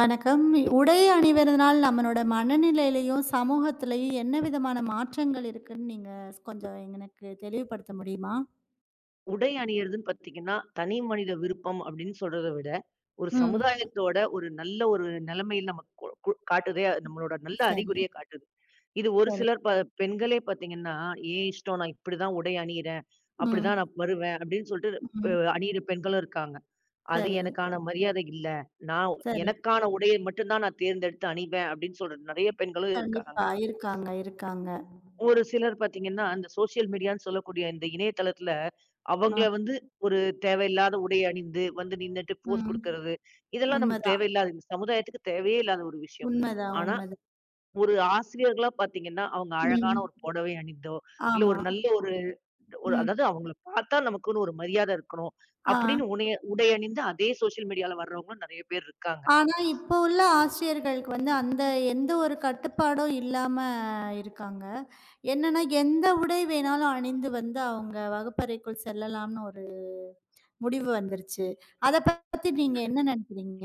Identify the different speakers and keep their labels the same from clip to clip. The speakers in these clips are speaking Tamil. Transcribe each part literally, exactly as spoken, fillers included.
Speaker 1: வணக்கம். உடை அணிவதனால் நம்மளோட மனநிலையிலயும், சமூகத்திலயும் என்ன விதமான மாற்றங்கள் இருக்குன்னு நீங்க கொஞ்சம் எனக்கு தெளிவுபடுத்த முடியுமா?
Speaker 2: உடை அணியிறதுன்னு பார்த்தீங்கன்னா, தனி மனித விருப்பம் அப்படின்னு சொல்றத விட, ஒரு
Speaker 1: ம்.
Speaker 2: சமுதாயத்தோட ஒரு நல்ல ஒரு நிலைமையில நமக்கு கு கு காட்டுதே, அது நம்மளோட நல்ல
Speaker 1: சரி,
Speaker 2: அறிகுறிய காட்டுது. இது ஒரு
Speaker 1: சரி.
Speaker 2: சிலர் ப பெண்களே பார்த்தீங்கன்னா, "என் இஷ்டம், நான் இப்படிதான் உடை அணியிறேன், அப்படிதான்
Speaker 1: ம்,
Speaker 2: நான் வருவேன்" அப்படின்னு சொல்லிட்டு அ
Speaker 1: ம்.
Speaker 2: அணியிற பெண்களும் இருக்காங்க. "அது
Speaker 1: சரி,
Speaker 2: எனக்கான மரியாதை இல்ல. நான்
Speaker 1: சரி.
Speaker 2: எனக்கான உடைய மட்டும் தான் நான் தேர்ந்தெடுத்து அணிவேன்" அப்படின்னு சொல்ற நெறைய பெண்களும் இருக்காங்க.
Speaker 1: கண்டிப்பா. இருக்காங்க, இருக்காங்க.
Speaker 2: ஒரு சிலர் பார்த்தீங்கன்னா, அந்த சோசியல் மீடியான்னு சொல்லக்கூடிய இந்த இணையதளத்தில அவங்கள
Speaker 1: அ,
Speaker 2: வந்து ஒரு தேவையில்லாத உடை அணிந்து வந்து நின்னுட்டு போஸ்
Speaker 1: ம்.
Speaker 2: குடுக்கறது, இதெல்லாம் நமக்கு
Speaker 1: உண்மதான்,
Speaker 2: தேவையில்லாத, இந்த சமுதாயத்துக்கு தேவையே இல்லாத ஒரு விஷயம்.
Speaker 1: உண்மதான்,
Speaker 2: ஆனா,
Speaker 1: உண்மதான்.
Speaker 2: ஒரு ஆசிரியர்களா பார்த்தீங்கன்னா, அவங்க அழகான
Speaker 1: ம்.
Speaker 2: ஒரு புடவை அணிந்தோ, இல்ல
Speaker 1: ஆமா.
Speaker 2: ஒரு நல்ல ஒரு ஒரு,
Speaker 1: ம்.
Speaker 2: அதாவது அவங்கள பார்த்தா நமக்குன்னு ஒரு மரியாதை இருக்கணும்
Speaker 1: ஆ.
Speaker 2: அப்படின்னு உடைய உடை அணிந்து அதே சோஷியல் மீடியால வர்றவங்களும் நெறைய பேர் இருக்காங்க.
Speaker 1: ஆனா, இப்ப உள்ள ஆசிரியர்களுக்கு வந்து அந்த எந்த ஒரு கட்டுப்பாடும் இல்லாம இருக்காங்க. என்னன்னா, எந்த உடை வேணாலும் அணிந்து வந்து அவங்க வகுப்பறைக்குள் செல்லலாம்னு ஒரு முடிவு வந்துருச்சு. அத பத்தி நீங்க என்ன நினைக்கிறீங்க?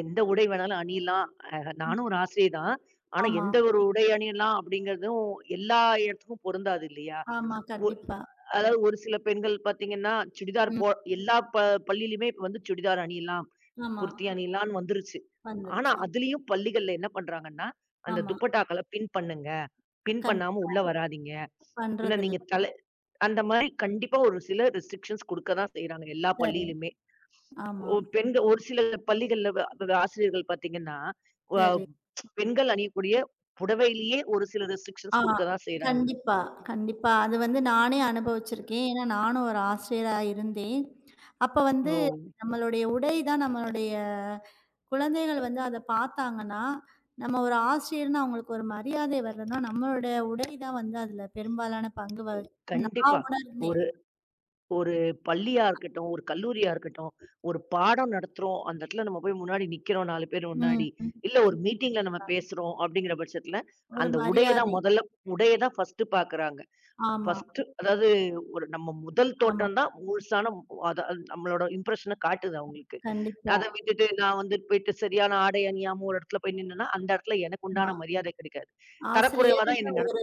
Speaker 2: எந்த உடை வேணாலும் அணியலாம். அ நானும் ஒரு ஆசிரியை தான். ஆனா,
Speaker 1: ஆமா,
Speaker 2: எந்த ஒரு உடை அணியலாம் அப்படிங்கிறதும் எல்லா இடத்துக்கும் பொருந்தாது இல்லையா?
Speaker 1: ஆமா. கண்டிப்பா.
Speaker 2: அதாவது ஒரு சில பெண்கள் பார்த்தீங்கன்னா, சுடிதார்
Speaker 1: ம்.
Speaker 2: போ எல்லா ப பள்ளியிலயுமே இப்ப வந்து சுடிதார் அணியலாம்,
Speaker 1: ஆமா.
Speaker 2: குர்த்தி அணியலாம்ன்னு வந்துருச்சு. ஆனா,
Speaker 1: வந்துருச்சு.
Speaker 2: அதுலயும் பள்ளிகள்ல என்ன பண்றாங்கன்னா, அந்த
Speaker 1: ஆமா.
Speaker 2: துப்பட்டாக்கள பின் பண்ணுங்க. பின்
Speaker 1: கண்
Speaker 2: பண்ணாம உள்ள வராதீங்க. இல்ல
Speaker 1: பண்றதில்ல.
Speaker 2: நீங்க தலை அந்த மாரி கண்டிப்பா ஒரு சில ரெஸ்ட்ரிக்ஷன்ஸ் குடுக்க தான் செய்றாங்க, எல்லா
Speaker 1: சரி.
Speaker 2: பள்ளியிலுமே.
Speaker 1: ஆமா.
Speaker 2: ஒ பெண்கள் ஒரு சில பள்ளிகள்ல வ வ ஆசிரியர்கள் பார்த்தீங்கன்னா, வ
Speaker 1: சரி.
Speaker 2: பெண்கள் அணியக்கூடிய புடவையிலேயே ஒரு சில
Speaker 1: ஆ.
Speaker 2: ரெஸ்ட்ரிக்ஷன்ஸ் குடுக்க தான் செய்றாங்க.
Speaker 1: கண்டிப்பா, கண்டிப்பா. அது வந்து நானே அனுபவிச்சிருக்கேன். ஏன்னா நானும் ஒரு ஆசிரியரா இருந்தேன். அப்ப வந்து
Speaker 2: ஓ!
Speaker 1: நம்மளுடைய உடை தான் நம்மளுடைய குழந்தைகள் வந்து அத பார்த்தாங்கன்னா, நம்ம ஒரு ஆசிரியர்ன்னு அவங்களுக்கு ஒரு மரியாதை வரலன்னா, நம்மளோட உடை தான் வந்து அதுல பெரும்பாலான பங்கு வகிக்குதுன்னு
Speaker 2: கண்டிப்பா.
Speaker 1: நான் உணர்ந்தேன்.
Speaker 2: ஒரு ஒரு பள்ளியா இருக்கட்டும், ஒரு கல்லூரியா இருக்கட்டும், ஒரு பாடம் நடத்துறோம். அந்த இடத்துல நம்ம போய் முன்னாடி நிக்கிறோம், நாலு பேர்
Speaker 1: ம்.
Speaker 2: முன்னாடி. இல்ல ஒரு மீட்டிங்ல நம்ம பேசுறோம் அப்படிங்கிற பட்சத்துல,
Speaker 1: ஒரு
Speaker 2: அந்த உடைய தான்
Speaker 1: மரியாதை.
Speaker 2: முதல்ல உடைய தான் ஃபர்ஸ்ட்டு பாக்குறாங்க.
Speaker 1: ஆமா,
Speaker 2: ஃபர்ஸ்ட்டு, அதாவது ஒரு நம்ம முதல்
Speaker 1: ஆமா.
Speaker 2: தோற்றம் தான் முழுசான, மு- அத அது நம்மளோட இம்ப்ரஷன காட்டுது அவங்களுக்கு.
Speaker 1: கண்டிப்பா.
Speaker 2: அத விட்டுட்டு நான் வந்து போயிட்டு சரியான ஆடை அணியாம ஒரு இடத்துல போய் நின்னேன்னா, அந்த இடத்துல எனக்கு
Speaker 1: ஆமா.
Speaker 2: உண்டான மரியாதை கிடைக்காது. தரக்குறைவா தான்
Speaker 1: ஆசிரியர்ன்ற
Speaker 2: என்ன நடத்
Speaker 1: ஒரு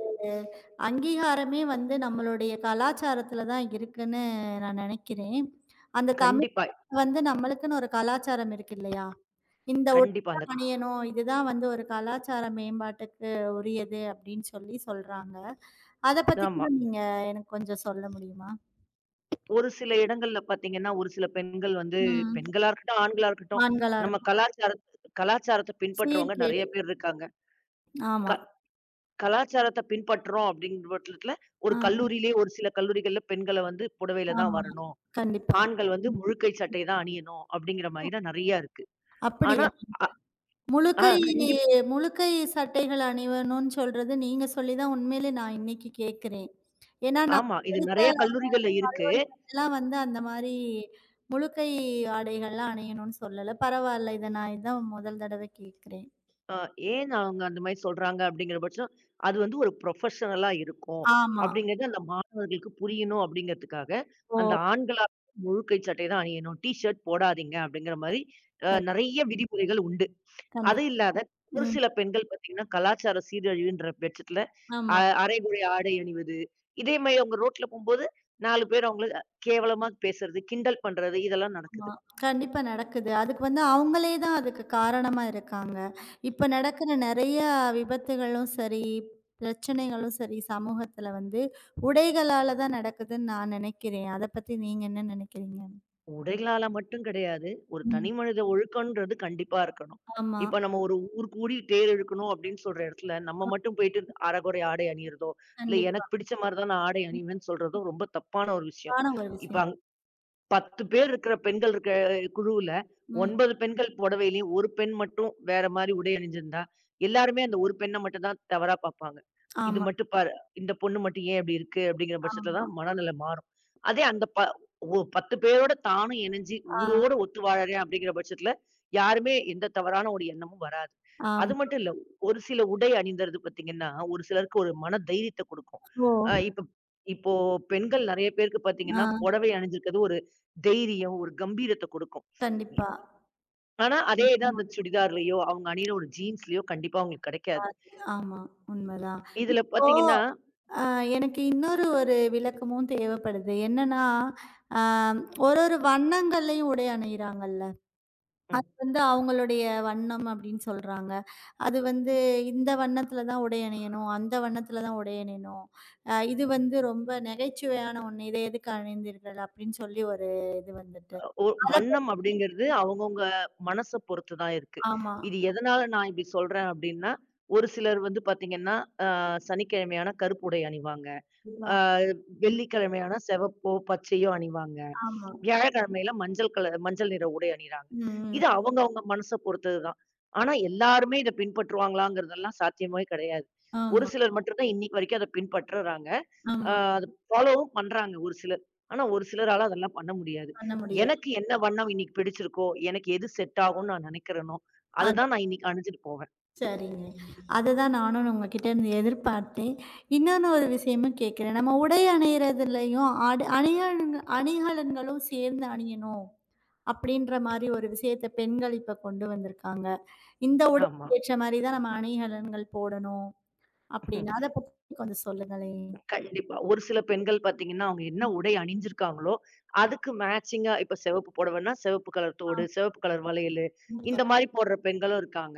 Speaker 1: அங்கீகாரமே வந்து நம்மளுடைய கலாச்சாரத்தில தான் இருக்குன்னு நான் நினைக்கிறேன். அந்த தமிழ்
Speaker 2: கண்டிப்பா,
Speaker 1: வந்து நம்மளுக்குன்னு ஒரு கலாச்சாரம் இருக்கு இல்லையா? இந்த உடை
Speaker 2: கண்டிப்பா. அந்த
Speaker 1: தான் அணியணும். இதுதான் வந்து ஒரு கலாச்சார மேம்பாட்டுக்கு உரியது அப்படின்னு சொல்லி சொல்றாங்க. அத பத்தி
Speaker 2: ஆமா.
Speaker 1: கூட நீங்க எனக்கு கொஞ்சம் சொல்ல முடியுமா?
Speaker 2: ஒரு சில இடங்கள்ல பாத்தீங்கன்னா, ஒரு சில பெண்கள் வந்து,
Speaker 1: ம்.
Speaker 2: பெண்களா இருக்கட்டும், ஆண்களா இருக்கட்டும்,
Speaker 1: ஆண்களா
Speaker 2: நம்ம
Speaker 1: இருக்கும்.
Speaker 2: கலாச்சாரத் கலாச்சாரத்த பின்பற்றுறவங்க நெறைய
Speaker 1: சீர்கேடு.
Speaker 2: பேர் இருக்காங்க. க
Speaker 1: ஆமா.
Speaker 2: கலாச்சாரத்த பின்பற்றுறோம் அப்படிங்கிற பட்சத்துல, ஒரு
Speaker 1: ஆ,
Speaker 2: கல்லூரியிலேயே ஒரு சில கல்லூரிகள்ல பெண்கள வந்து புடவையில தான்
Speaker 1: ஆமா.
Speaker 2: வரணும்.
Speaker 1: கண்டிப்பா.
Speaker 2: ஆண்கள் வந்து முழுக்கை சட்டை தான் அணியணும் அப்படிங்கிற மாரி தான் நெறைய இருக்கு. ஆனா
Speaker 1: அப்படியா?
Speaker 2: அ ஆ
Speaker 1: முழுக்கை
Speaker 2: கண்டிப்
Speaker 1: முழுக்கை சட்டைகள் அணிவணும்னு சொல்றது நீங்க சொல்லி தான் உண்மையிலே நான் இன்னைக்கு கேட்கிறேன். ஏன்னா நான்
Speaker 2: ஆமா. இது
Speaker 1: படித்த
Speaker 2: நெறைய கல்லூரிகள்ல இருக்கு.
Speaker 1: கல்லூரிலலாம் வந்து அந்த மாரி முழுக்கை ஆடைகள்லாம் அணியணும்னு சொல்லல. பரவால்ல இத நான் இதான் முதல் தடவ கேட்கிறேன்.
Speaker 2: அ ஏன் அவங்க அந்த மாரி சொல்றாங்க அப்படிங்கிற பட்சம், அது வந்து ஒரு ப்ரொஃபஷனலா இருக்கும்.
Speaker 1: ஆமா.
Speaker 2: அப்படிங்கிறது அந்த மாணவர்களுக்கு புரியணும் அப்படிங்கிறதுக்காக, அந்த
Speaker 1: ஓ!
Speaker 2: ஆண்களா முழுக்கை சட்டை தான் அணியணும். டீ ஷர்ட் போடாதீங்க அப்படிங்கிற மாரி அ
Speaker 1: க
Speaker 2: நெறைய விதிமுறைகள் உண்டு. அது
Speaker 1: கண்டிப்பா.
Speaker 2: இல்லாத ஒரு
Speaker 1: ம்.
Speaker 2: சில பெண்கள் பார்த்தீங்கன்னா, கலாச்சார சீரழிவுன்ற பட்சத்துல அ
Speaker 1: ஆமா.
Speaker 2: அரைகுறை ஆடை அணிவது, இதே மாரி அவங்க ரோட்ல போம்போது, நாலு பேர் அவங்கள கேவலமா பேசுறது, கிண்டல் பண்றது, இதெல்லாம் நடக்குது.
Speaker 1: ஆமா. கண்டிப்பா நடக்குது. அதுக்கு வந்து அவங்களே தான் அதுக்கு காரணமா இருக்காங்க. இப்ப நடக்கிற நெறைய விபத்துகளும் சரி, பிரச்சனைகளும் சரி, சமூகத்துல வந்து உடைகளால தான் நடக்குதுன்னு நான் நெனைக்கிறேன். அத பத்தி நீங்க என்ன நெனைக்கிறீங்க?
Speaker 2: உடைகளால மட்டும் கிடையாது. ஒரு தனி
Speaker 1: ம்.
Speaker 2: மனித ஒழுக்கம்ன்றது கண்டிப்பா இருக்கணும்.
Speaker 1: ஆமா.
Speaker 2: இப்ப நம்ம ஒரு ஊர் கூடி தேர் இழுக்கணும் அப்படின்னு சொல்ற இடத்துல, நம்ம மட்டும் போயிட்டு அரைகுறை ஆடை அணியிறதோ, இல்ல எனக்கு
Speaker 1: கண்டிப்பா.
Speaker 2: பிடிச்ச மாரி தான் நான் ஆடை அணிவேன்னு சொல்றதோ ரொம்ப தப்பான ஒரு விஷயம்.
Speaker 1: தப்பான ஒரு
Speaker 2: இப்ப
Speaker 1: விஷயம்.
Speaker 2: பத்து பேர் இருக்கிற பெண்கள் இருக்க குழுவுல,
Speaker 1: ம்.
Speaker 2: ஒன்பது பெண்கள் புடவையிலயும் ஒரு பெண் மட்டும் வேற மாரி உடை அணிஞ்சிருந்தா, எல்லாருமே அந்த ஒரு பெண்ண மட்டும் தான் தவறா பார்ப்பாங்க. இது
Speaker 1: ஆமா,
Speaker 2: மட்டும் பாரு, இந்த பொண்ணு மட்டும் ஏன் இப்படி இருக்கு அப்படிங்கிற பட்சத்துல
Speaker 1: ஆமா.
Speaker 2: தான் மனநிலை மாறும். அதே அந்த ப ஒ பத்து பேரோட தானும் இணைஞ்சு
Speaker 1: ஆ,
Speaker 2: ஊரோட ஒத்து வாழறேன் அப்படிங்கிற பட்சத்துல, யாருமே எந்த தவறான ஒரு எண்ணமும் வராது. அது
Speaker 1: ஆமா.
Speaker 2: மட்டும் இல்ல. ஒரு சில உடை அணிந்தறது பார்த்தீங்கன்னா, ஒரு சிலருக்கு ஒரு மன தைரியத்த குடுக்கும்.
Speaker 1: ஓ!
Speaker 2: அ இப்ப இப்போ பெண்கள் நெறைய பேருக்கு பார்த்தீங்கன்னா,
Speaker 1: ஆ.
Speaker 2: புடவை அணிஞ்சிருக்கிறது ஒரு தைரியம், ஒரு கம்பீரத்த குடுக்கும். இ
Speaker 1: கண்டிப்பா.
Speaker 2: ஆனா அதே
Speaker 1: ம்,
Speaker 2: தான் அந்த சுடிதார்லயோ, அவங்க அணியிற ஒரு ஜீன்ஸ்லயோ கண்டிப்பா அவங்களுக்கு கெடைக்காது.
Speaker 1: ஆமா. உண்மதான்.
Speaker 2: இதுல
Speaker 1: இப்போ
Speaker 2: பாத்தீங்கன்னா,
Speaker 1: அ எனக்கு இன்னொரு ஒரு விளக்கமும் தேவைப்படுது. என்னன்னா, அ ஒரு ஒரு வண்ணங்கள்லயும் உடை அணியிறாங்கல்ல.
Speaker 2: ம்.
Speaker 1: வந்து அவங்களுடைய வண்ணம் அப்படின்னு சொல்றாங்க. அது வந்து இந்த வண்ணத்தில தான் உடை அணியணும், அந்த வண்ணத்தில தான் உடை அணியணும். அ இது வந்து ரொம்ப நகைச்சுவையான ஒண்ணு. இதை எதுக்கு அணிந்தீர்கள் அப்படின்னு சொல்லி ஒரு இது வந்துட்டு.
Speaker 2: ஒ
Speaker 1: அத பத்
Speaker 2: வண்ணம் அப்படிங்கிறது அவங்கவங்க மனச பொறுத்து தான் இருக்கு.
Speaker 1: ஆமா.
Speaker 2: இது எதனால நான் இப்படி சொல்றேன் அப்படின்னா, ஒரு சிலர் வந்து பாத்தீங்கன்னா, அ சனிக்கிழமையானா கருப்பு உடை அணிவாங்க.
Speaker 1: ஆமா.
Speaker 2: அ
Speaker 1: ம்.
Speaker 2: வெள்ளிக்கிழமையானா செவப்போ, பச்சையோ அணிவாங்க.
Speaker 1: ஆமா.
Speaker 2: வியாழக்கிழமையில மஞ்சள் கலர் மஞ்சள் நிற உடை அணியிறாங்க.
Speaker 1: ம். ம்.
Speaker 2: இது அவங்க அவங்க மனச பொறுத்தது தான். ஆனா எல்லாருமே இத பின்பற்றுவாங்களாங்கிறதெல்லாம் சாத்தியமே கிடையாது. ஒரு
Speaker 1: ஆமா,
Speaker 2: சிலர் மட்டும் தான் இன்னைக்கு வரைக்கும் அத பின்பற்றுறாங்க. அ
Speaker 1: ஆமா.
Speaker 2: அத ஃபாலோவும் பண்றாங்க ஒரு சிலர். ஆனா ஒரு சிலரால அதெல்லாம் பண்ண முடியாது.
Speaker 1: பண்ண முடியாது.
Speaker 2: எனக்கு என்ன வண்ணம் இன்னைக்கு பிடிச்சிருக்கோ, எனக்கு எது செட் ஆகும்னு நான் நினைக்கிறேனோ, அத
Speaker 1: அது
Speaker 2: தான் நான் இன்னைக்கு அணிஞ்சுட்டு போவேன்.
Speaker 1: சரிங்க. அததான் நானும் உங்ககிட்ட இருந்து எதிர்பார்த்தேன். இன்னொன்னு ஒரு விஷயமும் கேட்கிறேன். நம்ம உடை அணியிறதுலயும் ஆடு அணிகலன் அணிகலன்களும் சேர்ந்து அணியணும். அப்படின்ற மாரி ஒரு விஷயத்த பெண்கள் இப்ப கொண்டு வந்திருக்காங்க. இந்த
Speaker 2: ஆமா.
Speaker 1: உடைக்கு ஏற்ற மாரி தான் நம்ம அணிகலன்கள் போடணும் அப்படின்னு. அத பத்தி கொஞ்சம் சொல்லுங்களேன்.
Speaker 2: கண்டிப்பா. ஒரு சில பெண்கள் பார்த்தீங்கன்னா, அவங்க என்ன
Speaker 1: ம்.
Speaker 2: உடை அணிஞ்சிருக்காங்களோ அதுக்கு மேட்சிங்கா, இப்ப சிவப்பு புடவைன்னா, சிவப்பு கலர்
Speaker 1: ஆ.
Speaker 2: தோடு, சிவப்பு கலர் வளையலு, இந்த
Speaker 1: சூப்பர்.
Speaker 2: மாரி போடுற பெண்களும் இருக்காங்க.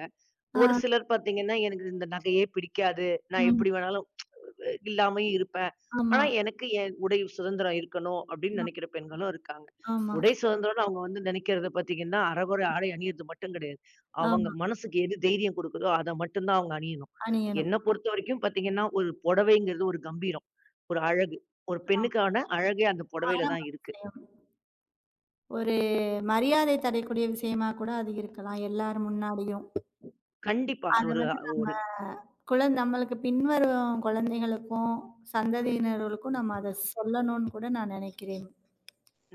Speaker 2: ஒரு
Speaker 1: ஆ.
Speaker 2: சிலர் பார்த்தீங்கன்னா, "எனக்கு இந்த நகையே பிடிக்காது. நான்
Speaker 1: ம்.
Speaker 2: எப்படி வேணாலும் இல்லாமயும் இருப்பேன். ஆனா,
Speaker 1: ஆமா.
Speaker 2: எனக்கு என் உடை சுதந்திரம் இருக்கணும்" அப்படின்னு
Speaker 1: ஆ.
Speaker 2: நெனைக்கிற பெண்களும் இருக்காங்க.
Speaker 1: ஆமா.
Speaker 2: உடை சுதந்திரம்னு அவங்க வந்து நெனைக்கிறது பார்த்தீங்கன்னா, அரைகுறை ஆடை அணியிறது மட்டும் கிடையாது. அவங்க
Speaker 1: ஆமா.
Speaker 2: மனசுக்கு எது தைரியம் குடுக்குதோ, அத மட்டும் தான் அவங்க அணியணும்.
Speaker 1: அணியணும்.
Speaker 2: என்ன பொறுத்த வரைக்கும் பார்த்தீங்கன்னா, ஒரு புடவைங்கிறது ஒரு கம்பீரம், ஒரு அழகு. ஒரு பெண்ணுக்கான அழகே அந்த புடவையில
Speaker 1: ஆனா ஒரு
Speaker 2: தான் இருக்கு.
Speaker 1: விஷயம். ஒரு மரியாதை தரக்கூடிய விஷயமா கூட அது இருக்கலாம். எல்லார் முன்னாடியும்.
Speaker 2: கண்டிப்பா
Speaker 1: அத
Speaker 2: அது ஒரு
Speaker 1: வந்து நம்ம
Speaker 2: ஒரு
Speaker 1: குழந் நம்மளுக்கு பின்வரும் குழந்தைகளுக்கும், சந்ததியினர்களுக்கும் நம்ம அத சொல்லணும்னு கூட நான் நெனைக்கிறேன்.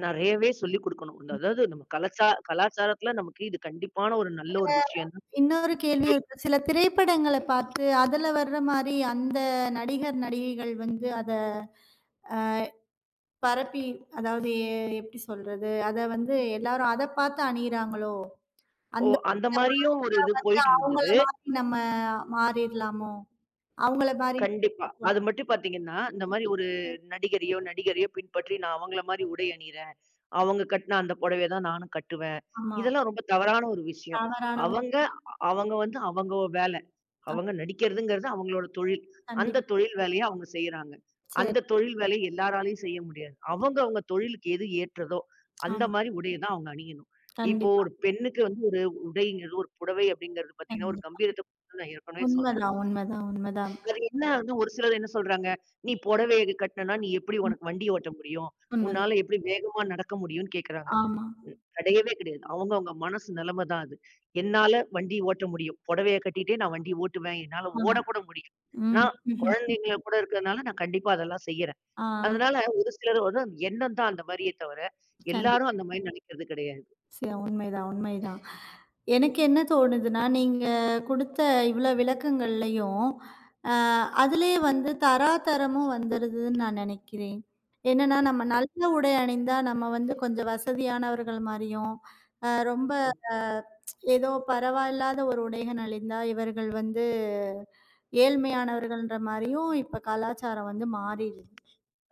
Speaker 2: நெறையவே சொல்லிக் குடுக்கணும். அதாவது நம்ம கலாச்சா கலாச்சாரத்துல நமக்கு இது கண்டிப்பான ஒரு நல்ல ஒரு விஷயம் தான்.
Speaker 1: இன்னொரு கேள்வியும் இருக்கு. சில திரைப்படங்கள பார்த்து அதுல வர்ற மாரி அந்த நடிகர், நடிகைகள் வந்து அத பரப்பி அதாவது எ எப்படி சொல்றது? அத வந்து எல்லாரும் அத பார்த்து அணியிறாங்களோ!
Speaker 2: ஓ!
Speaker 1: அந்த
Speaker 2: அந்த
Speaker 1: நம்ம
Speaker 2: மாரியும் ஒரு இது
Speaker 1: வந்து
Speaker 2: போயிட்டு
Speaker 1: அவங்கள
Speaker 2: இருந்தது.
Speaker 1: மாரி நம்ம மாறிர்லாமோ? அவங்கள மாரி
Speaker 2: கண்டிப்பா. அது மட்டும் பார்த்தீங்கன்னா, இந்த மாரி ஒரு நடிகரையோ, நடிகரையோ பின்பற்றி நான் அவங்கள மாரி உடை அணியிறேன். அவங்க கட்டின அந்த புடவைய தான் நானும் கட்டுவேன்.
Speaker 1: ஆமா.
Speaker 2: இதெல்லாம் ரொம்ப தவறான ஒரு விஷயம்.
Speaker 1: தவறான ஒரு
Speaker 2: அவங்க அவங்க வந்து அவங்க வேலை.
Speaker 1: ஆ
Speaker 2: அவங்க நடிக்கிறதுங்கிறது அவங்களோட தொழில். அந்த
Speaker 1: கண்டிப்பா.
Speaker 2: தொழில் வேலைய அவங்க செய்றாங்க.
Speaker 1: சரி.
Speaker 2: அந்த தொழில் வேலைய எல்லாராலயும் செய்ய முடியாது. அவங்க அவங்க தொழிலுக்கு எது ஏற்றதோ, அந்த
Speaker 1: ஆமா.
Speaker 2: மாரி உடைய தான் அவங்க அணியணும். இப்போ
Speaker 1: கண்டிப்பா,
Speaker 2: ஒரு பெண்ணுக்கு வந்து ஒரு உடைங்கிறது, ஒரு புடவை அப்படிங்கிறது பார்த்தீங்கன்னா, ஒரு
Speaker 1: கண்டிப்பா.
Speaker 2: கம்பீரத்த, நான் ஏற்கனவே சொன்னேன்.
Speaker 1: உண்மதான், உண்மதான், உண்மதான்.
Speaker 2: அது என்ன ஆகுதுன்னா, ஒரு சிலர் என்ன சொல்றாங்க, "நீ புடவைய கட்டினனா, நீ எப்படி
Speaker 1: ம்.
Speaker 2: உனக்கு வண்டி ஓட்ட முடியும்?
Speaker 1: உண்மதான்.
Speaker 2: உன்னால எப்படி வேகமா நடக்க முடியும்ன்னு?" கேட்கறாங்க.
Speaker 1: ஆமா,
Speaker 2: ம். கிடையவே கிடையாது. அவங்கவங்க மனசு நிலைமை தான் அது. என்னால வண்டி ஓட்ட முடியும். புடவைய கட்டிட்டே நான் வண்டி ஓட்டுவேன். என்னால
Speaker 1: ஆமா.
Speaker 2: ஓடக்கூட முடியும்.
Speaker 1: ம்.
Speaker 2: நான் குழந்தைங்க கூட இருக்கிறதுனால, நான் கண்டிப்பா அதெல்லாம் செய்யறேன்.
Speaker 1: ஆ.
Speaker 2: அதனால ஒரு சிலரோட எண்ணம் தான் அந்த மாரியே தவிர,
Speaker 1: கண்டிப்பா.
Speaker 2: எல்லாரும் அந்த மாரி நினைக்கிறது கிடையாது.
Speaker 1: சரி, உண்மைதான், உண்மைதான். எனக்கு என்ன தோணுதுன்னா, நீங்க குடுத்த இவ்ளோ விளக்கங்கள்லயும், அ அதிலயே வந்து தராதரமும் வந்துருதுன்னு நான் நெனைக்கிறேன். என்னன்னா, நம்ம நல்ல உடை அணிந்தா நம்ம வந்து கொஞ்சம் வசதியானவர்கள் மாரியும், அ ரொம்ப அ ஏதோ பரவாயில்லாத ஒரு உடைகள் அணிந்தா இவர்கள் வந்து ஏழ்மையானவர்கள்ன்ற மாரியும் இப்ப கலாச்சாரம் வந்து மாறிருது.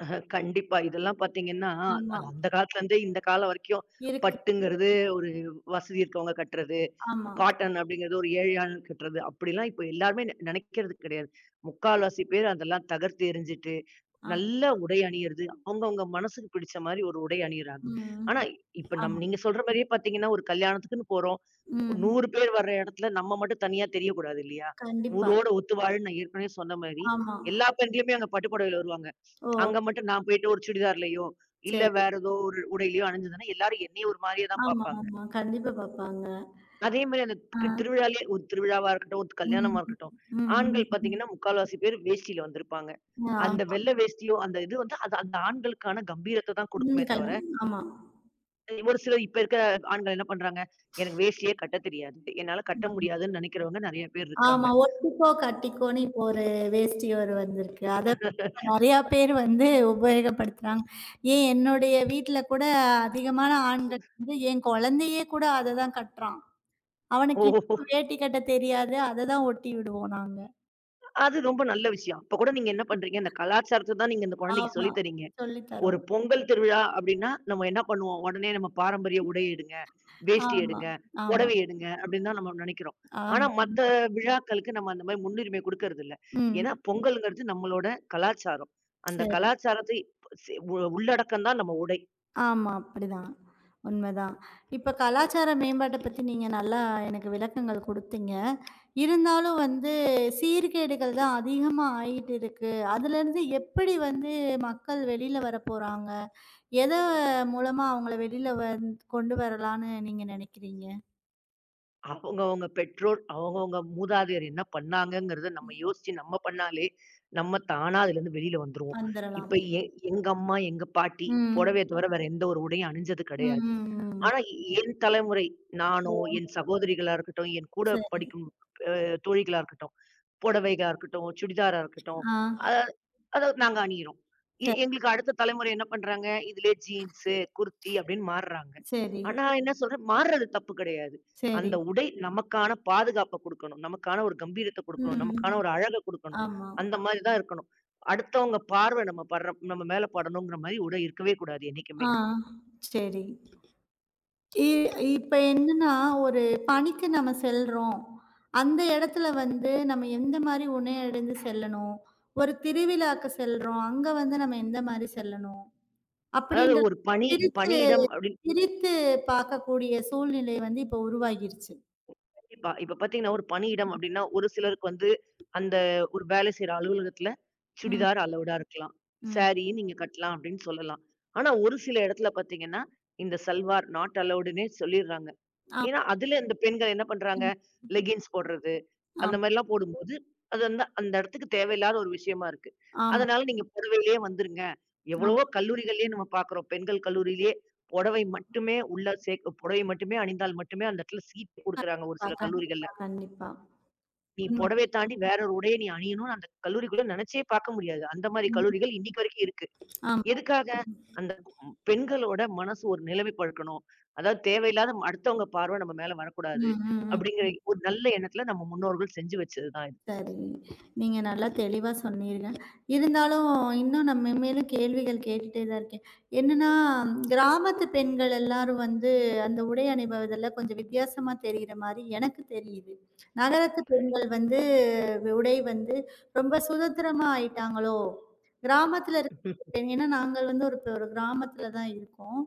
Speaker 2: அஹ், கண்டிப்பா. இதெல்லாம் பார்த்தீங்கன்னா,
Speaker 1: ஆமா.
Speaker 2: அது அந்த காலத்துல இருந்தே இந்த காலம் வரைக்கும்
Speaker 1: இருக்கு.
Speaker 2: பட்டுங்கிறது ஒரு வசதி இருக்கவங்க கட்டுறது.
Speaker 1: ஆமா.
Speaker 2: காட்டன் அப்படிங்கிறது ஒரு ஏழு ஆள் கட்டுறது. அப்படிலாம் இப்ப எல்லாருமே நெ நெனைக்கிறது கிடையாது. முக்கால்வாசி பேர் அதெல்லாம் தகர்த்து எறிஞ்சிட்டு,
Speaker 1: ஆமா.
Speaker 2: நல்ல உடை அணியிறது. அவங்கவங்க மனசுக்கு பிடிச்ச மாரி ஒரு உடை அணியிறாங்க.
Speaker 1: ம்.
Speaker 2: ஆனா, இப்ப நம்
Speaker 1: ஆமா.
Speaker 2: நீங்க சொல்ற மாரியே பார்த்தீங்கன்னா, ஒரு கல்யாணத்துக்குன்னு போறோம்.
Speaker 1: ம்.
Speaker 2: நூறு பேர் வர்ற இடத்துல நம்ம மட்டும் தனியா தெரியக்கூடாது இல்லையா?
Speaker 1: கண்டிப்பா.
Speaker 2: ஊரோட ஒத்து வாழ்ன்னு நான் ஏற்கனவே சொன்ன மாரி,
Speaker 1: ஆமா.
Speaker 2: எல்லா பெண்களுமே அங்க பட்டு புடவையில வருவாங்க.
Speaker 1: ஓ!
Speaker 2: அங்க மட்டும் நான் போயிட்டு ஒரு சுடிதார்லயோ, இல்ல
Speaker 1: சரி.
Speaker 2: வேற ஏதோ ஒரு உடையிலயோ அணிஞ்சிருந்தேன்னா, எல்லாரும் என்னைய ஒரு மாரியா தான்
Speaker 1: ஆமா,
Speaker 2: பார்ப்பாங்க.
Speaker 1: ஆமா. கண்டிப்பா பாப்பாங்க.
Speaker 2: அதே மாரி அந்த
Speaker 1: ஆ.
Speaker 2: கு திருவிழாலயே, ஒரு திருவிழாவா இருக்கட்டும், ஒரு கல்யாணமா
Speaker 1: ம்.
Speaker 2: இருக்கட்டும்,
Speaker 1: ம்.
Speaker 2: ஆண்கள்
Speaker 1: ம்.
Speaker 2: பாத்தீங்கன்னா, முக்கால்வாசி பேர் வேஷ்டியில வந்திருப்பாங்க.
Speaker 1: ஆ.
Speaker 2: அந்த வெள்ள வேஷ்டியோ, அந்த இது வந்து அது அந்த ஆண்களுக்கான கம்பீரத்த தான்
Speaker 1: ம்.
Speaker 2: குடுக்குமே தவிர,
Speaker 1: கண் ஆமா.
Speaker 2: ஒரு சிலர் இப்ப இருக்க ஆண்கள் என்ன பண்றாங்க, "எனக்கு வேஷ்டியே கட்டத் தெரியாது. என்னால கட்ட
Speaker 1: ஆமா.
Speaker 2: முடியாதுன்னு" நெனைக்கிறவங்க நெறைய பேர் இருக்காங்க.
Speaker 1: ஆமா. ஒட்டிக்கோ, கட்டிக்கோன்னு இப்போ ஒரு வேஷ்டி ஒரு வந்திருக்கு. அத இப்ப நெறையா பேர் வந்து உபயோகப்படுத்துறாங்க. ஏன் என்னுடைய வீட்ல கூட அதிகமான ஆண்கள் வந்து என் குழந்தையே கூட அத தான் கட்டுறான். அவனுக்கு
Speaker 2: ஓஹோ!
Speaker 1: இன்னும் வேட்டி கட்ட தெரியாது. அத தான் ஒட்டி விடுவோம் நாங்க.
Speaker 2: அது ரொம்ப நல்ல விஷயம். அப்ப கூட நீங்க என்ன பண்றீங்க, இந்த கலாச்சாரத்த தான் நீங்க இந்த குழந்தைக்கு சொல்லி
Speaker 1: ஆமா.
Speaker 2: தர்றீங்க.
Speaker 1: சொல்லி
Speaker 2: ஒரு
Speaker 1: தரும்.
Speaker 2: பொங்கல் திருவிழா அப்படின்னா, நம்ம என்ன பண்ணுவோம்? உடனே நம்ம பாரம்பரிய உடை எடுங்க, வேஷ்டி
Speaker 1: ஆமா,
Speaker 2: எடுங்க,
Speaker 1: ஆமா,
Speaker 2: புடவை எடுங்க அப்படின்னு தான் நம்ம நினைக்கிறோம். ஆனா
Speaker 1: ஆமா.
Speaker 2: மத்த
Speaker 1: உண்ம.
Speaker 2: விழாக்களுக்கு நம்ம அந்த மாரி முன்னுரிமை குடுக்கறதில்ல. ஏன்னா
Speaker 1: ம்.
Speaker 2: பொங்கல்ங்கிறது நம்மளோட கலாச்சாரம். அந்த
Speaker 1: சரி.
Speaker 2: கலாச்சாரத்தை செ உ உள்ளடக்கம் தான் நம்ம உடை.
Speaker 1: ஆமா. அப்படிதான். உண்மதான். இப்ப கலாச்சார மேம்பாட்ட பத்தி நீங்க நல்லா எனக்கு விளக்கங்கள் குடுத்தீங்க. இருந்தாலும் வந்து சீர்கேடுகள் தான் அதிகமா ஆயிட்டு இருக்கு. அதுலேருந்து எப்படி வந்து மக்கள் வெளில வரப்போறாங்க? எத மூலமா அவங்கள வெளில வந் கொண்டு வரலான்னு நீங்க நெனைக்கிறீங்க?
Speaker 2: அவங்கவங்க பெற்றோர், அவங்கவங்க மூதாதையர் என்ன பண்ணாங்கங்கிறத நம்ம யோசிச்சு நம்ம பண்ணாலே, நம்ம தானா அதுலருந்து வெளியில வந்துருவோம். இப்ப
Speaker 1: வந்துரலாம்.
Speaker 2: எ எங்க அம்மா, எங்க பாட்டி
Speaker 1: ம்.
Speaker 2: புடவைய தவிர வேற எந்த ஒரு உடையும் அணிஞ்சது
Speaker 1: ம்,
Speaker 2: கிடையாது.
Speaker 1: ம், ம்.
Speaker 2: ஆனா எ என் தலைமுறை,
Speaker 1: ஓ!
Speaker 2: நானோ, என் சகோதரிகளா இருக்கட்டும், என் கூட
Speaker 1: சரி.
Speaker 2: படிக்கும் அ தோழிகளா இருக்கட்டும், புடவைகளா இருக்கட்டும், சுடிதாரா இருக்கட்டும், அ
Speaker 1: ஆ.
Speaker 2: அதாவது நாங்க அணியிறோம். எ
Speaker 1: ச
Speaker 2: எங்களுக்கு அடுத்த தலைமுறை என்ன பண்றாங்க, இதுலயே ஜீன்ஸு, குர்த்தி அப்படின்னு மாறுறாங்க.
Speaker 1: சரி.
Speaker 2: ஆனா என்ன சொல்றேன், மாறுறது தப்பு கிடையாது.
Speaker 1: சரி.
Speaker 2: அந்த உடை நமக்கான பாதுகாப்ப குடுக்கணும். நமக்கான ஒரு கம்பீரத்த குடுக்கணும்.
Speaker 1: ம்.
Speaker 2: நமக்கான ஒரு அழக குடுக்கணும்.
Speaker 1: ஆமா.
Speaker 2: அந்த மாரி தான் இருக்கணும். அடுத்தவங்க பார்வை நம்ம படுற நம்ம மேல படணுங்கிற மாரி உடை இருக்கவே கூடாது என்னைக்குமே.
Speaker 1: ஆ. சரி. இ இப்ப என்னன்னா, ஒரு பணிக்கு நம்ம செல்றோம். அந்த இடத்துல வந்து நம்ம எந்த மாரி உணையடைந்து செல்லணும்? ஒரு திருவிழாக்கு செல்றோம். அங்க வந்து நம்ம எந்த மாரி செல்லணும்?
Speaker 2: அதாவது
Speaker 1: அப்படின்ற
Speaker 2: ஒரு பணி
Speaker 1: பிரிச்சு
Speaker 2: பணியிடம் அப்படின்னு
Speaker 1: பிரித்து பார்க்கக்கூடிய சூழ்நிலை வந்து இப்ப உருவாகிருச்சு.
Speaker 2: கண்டிப்பா. இப்ப பார்த்தீங்கன்னா, ஒரு பணியிடம் அப்டின்னா, ஒரு சிலருக்கு வந்து அந்த ஒரு வேலை செய்ற அலுவலகத்துல
Speaker 1: ம்.
Speaker 2: சுடிதார் அலவுடா இருக்கலாம்.
Speaker 1: ம்.
Speaker 2: சாரி நீங்க கட்டலாம் அப்டின்னு சொல்லலாம். ஆனா, ஒரு சில இடத்துல பார்த்தீங்கன்னா, இந்த சல்வார் நாட் அலவுடுன்னே சொல்லிர்றாங்க.
Speaker 1: ஆம்.
Speaker 2: ஏன்னா, அதுல அந்த பெண்கள் என்ன பண்றாங்க,
Speaker 1: ம்.
Speaker 2: லெகின்ஸ் போடுறது, அந்த
Speaker 1: ஆம்.
Speaker 2: மாரிலாம் போடும்போது, அது வந்து அந்த இடத்துக்கு தேவையில்லாத ஒரு விஷயமா இருக்கு.
Speaker 1: ஆமா.
Speaker 2: அதனால நீங்க புடவையிலேயே வந்துருங்க.
Speaker 1: ஆமா.
Speaker 2: எவ்வளவோ கல்லூரிகள்லயே நம்ம பார்க்குறோம். பெண்கள் கல்லூரியிலேயே புடவை மட்டுமே உள்ள சேர்க்க புடவை மட்டுமே அணிந்தால் மட்டுமே அந்த இடத்துல சீட் குடுக்குறாங்க ஒரு சில கல்லூரிகள்ல.
Speaker 1: கண்டிப்பா, கண்டிப்பா.
Speaker 2: நீ
Speaker 1: ம்.
Speaker 2: புடவைய தாண்டி வேற ஒரு உடைய நீ அணியணும்னு அந்த கல்லூரிக்குள்ள நினைச்சே பார்க்க முடியாது. அந்த மாரி
Speaker 1: ம்.
Speaker 2: கல்லூரிகள் இன்னைக்கு வரைக்கும் இருக்கு.
Speaker 1: ஆமா.
Speaker 2: எதுக்காக?
Speaker 1: ம்.
Speaker 2: அந்த ம் பெண்களோட மனசு ஒரு நிலைமைப்படுக்கணும். அதாவது தேவையில்லாத, ம அடுத்தவங்க பார்வை நம்ம மேல வரக்கூடாது
Speaker 1: ம்.
Speaker 2: அப்படிங்கிற ஒரு நல்ல எண்ணத்துல நம்ம முன்னோர்கள் செஞ்சு வச்சது தான் இது.
Speaker 1: சரி. நீங்க நல்லா தெளிவா சொன்னீங்க. இருந்தாலும் இன்னும் நான் மென்மேலும் கேள்விகள் கேட்டுட்டே தான் இருக்கேன். என்னன்னா, கிராமத்து பெண்கள் எல்லாரும் வந்து அந்த உடை அணிபவதில கொஞ்சம் வித்தியாசமா தெரியிற மாரி எனக்கு தெரியுது. நகரத்து பெண்கள் வந்து உடை வந்து ரொம்ப சுதந்திரமா ஆயிட்டாங்களோ! கிராமத்தில இருக்க பெண். ஏன்னா நாங்கள் வந்து ஒரு ஒரு கிராமத்தில தான் இருக்கோம்.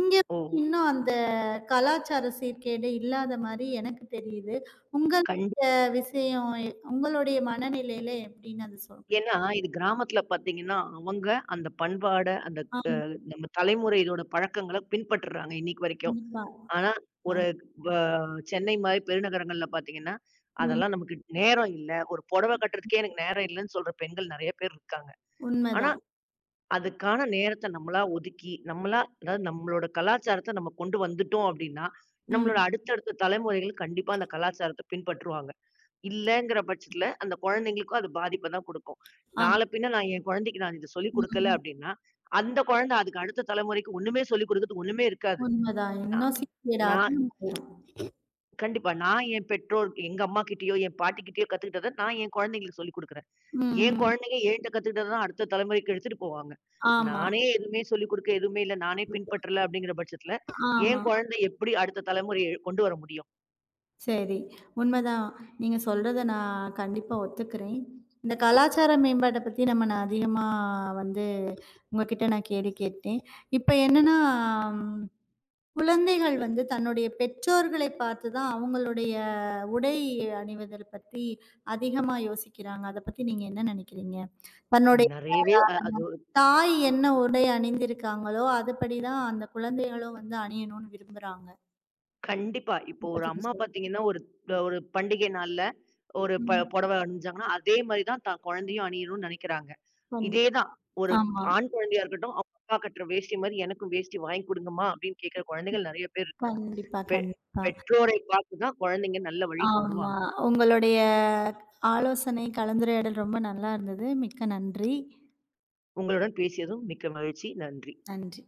Speaker 1: இங்க
Speaker 2: ஓ!
Speaker 1: இன்னும் அந்த கலாச்சார சீர்கேடு இல்லாத மாரி எனக்கு தெரியுது. உங்க
Speaker 2: கண்டிப்பா.
Speaker 1: இந்த விஷயம் உங்களுடைய மனநிலையில எப்படின்னு அது சொல்
Speaker 2: ஏன்னா, இது கிராமத்துல பார்த்தீங்கன்னா, அவங்க அந்த பண்பாட, அந்த அ
Speaker 1: ஆமா.
Speaker 2: நம்ம தலைமுறை இதோட பழக்கங்கள பின்பற்றுறாங்க இன்னைக்கு வரைக்கும்.
Speaker 1: கண்டிப்பா.
Speaker 2: ஆனா,
Speaker 1: ஆ.
Speaker 2: ஒரு வ சென்னை மாரி பெருநகரங்கள்ல பார்த்தீங்கன்னா,
Speaker 1: ம்.
Speaker 2: அதெல்லாம் நமக்கு நேரம் இல்ல. ஒரு புடவை கட்டுறதுக்கே எனக்கு நேரம் இல்லன்னு சொல்ற பெண்கள் நெறைய பேர் இருக்காங்க. ஆனா,
Speaker 1: உண்மைதான்.
Speaker 2: அதுக்கான நேரத்த நம்மளா ஒதுக்கி, நம்மளா அதாவது நம்மளோட கலாச்சாரத்த நம்ம கொண்டு வந்துட்டோம் அப்டின்னா, நம்மளோட
Speaker 1: ம்.
Speaker 2: அடுத்தடுத்த தலைமுறைகள் கண்டிப்பா அந்த கலாச்சாரத்த பின்பற்றுவாங்க. இல்லங்கிற பட்சத்துல அந்த குழந்தைங்களுக்கும் அது பாதிப்ப தான் குடுக்கும்.
Speaker 1: ஆமா.
Speaker 2: நாள பின்ன நான் என் குழந்தைக்கு நான் இத சொல்லிக் குடுக்கல
Speaker 1: ம்.
Speaker 2: அப்டின்னா, அந்த குழந்தை அதுக்கு அடுத்த தலைமுறைக்கு ஒண்ணுமே சொல்லிக் குடுக்கறதுக்கு ஒண்ணுமே இருக்காது.
Speaker 1: உண்மைதான்.
Speaker 2: நான்
Speaker 1: இன்னும் சீக்கிரம்
Speaker 2: நான்
Speaker 1: அதிகமாயிரும்.
Speaker 2: கண்டிப்பா. நான் என் பெற்றோர், எங்க அம்மாகிட்டயோ, என் பாட்டிகிட்டயோ கத்துக்கிட்டத நான் என் குழந்தைங்களுக்கு சொல்லிக் குடுக்குறேன்.
Speaker 1: ம்.
Speaker 2: என்
Speaker 1: ம்.
Speaker 2: குழந்தைங்க என்ட்ட கத்துக்கிட்டத தான் அடுத்த தலைமுறைக்கு எடுத்துட்டு போவாங்க.
Speaker 1: ஆமா.
Speaker 2: நானே எதுவுமே சொல்லிக் குடுக்க எதுவுமே இல்ல. நானே பின்பற்றல அப்படிங்கிற பட்சத்துல,
Speaker 1: ஆமா.
Speaker 2: என் குழந்தை எப்படி அடுத்த தலைமுறைய கொண்டு வர முடியும்?
Speaker 1: சரி. உண்மைதான். நீங்க சொல்றத நான் கண்டிப்பா ஒத்துக்கிறேன். இந்த கலாச்சார மேம்பாட்ட பத்தி நம்ம நான் அதிகமா வந்து உங்ககிட்ட நான் கேள்வி கேட்டேன். இப்ப என்னன்னா குழந்தைகள் வந்து தன்னுடைய பெற்றோர்களை பார்த்து தான் அவங்களுடைய உடை அணிவதில் பத்தி அதிகமா யோசிக்கிறாங்க. அத பத்தி நீங்க என்ன நினைக்கிறீங்க? தன்னுடைய
Speaker 2: நெறையவே அ அது
Speaker 1: அஹ், தாய் என்ன உடை அணிந்திருக்காங்களோ, அதுபடி தான் அந்த குழந்தைகளும் வந்து அணியணும்னு விரும்புறாங்க.
Speaker 2: கண்டிப்பா. இப்போ
Speaker 1: இத
Speaker 2: ஒரு
Speaker 1: பத்தி
Speaker 2: அம்மா
Speaker 1: கொஞ்சம் சொல்லுங்க.
Speaker 2: பாத்தீங்கன்னா, ஒரு ஒரு பண்டிகை நாள்ல ஒரு ப
Speaker 1: ம்.
Speaker 2: புடவ அணிஞ்சாங்கன்னா, அதே மாரி தான் தான் குழந்தையும் அணியணும்னு நெனைக்கிறாங்க. இதே
Speaker 1: கண்டிப்பா.
Speaker 2: தான் ஒரு
Speaker 1: ஆமா.
Speaker 2: ஆண் குழந்தையா இருக்கட்டும், அவங்க அப்பா கட்டுற வேஷ்டி மாரி எனக்கும் வேஷ்டி வாங்கி குடுங்கம்மா அப்படின்னு கேட்கிற குழந்தைகள் நெறைய பேர் இருக்காங்க.
Speaker 1: கண்டிப்பா,
Speaker 2: பெ
Speaker 1: கண்டிப்பா.
Speaker 2: பெற்றோரை பார்த்து தான் குழந்தைங்க நல்ல வழிக்கு
Speaker 1: ஆமா.
Speaker 2: வருவாங்க.
Speaker 1: உங்களுடைய ஆலோசனை, கலந்துரையாடல் ரொம்ப நல்லா இருந்தது. மிக்க நன்றி.
Speaker 2: உங்களுடன் பேசியதும் மிக்க மகிழ்ச்சி. நன்றி.
Speaker 1: நன்றி.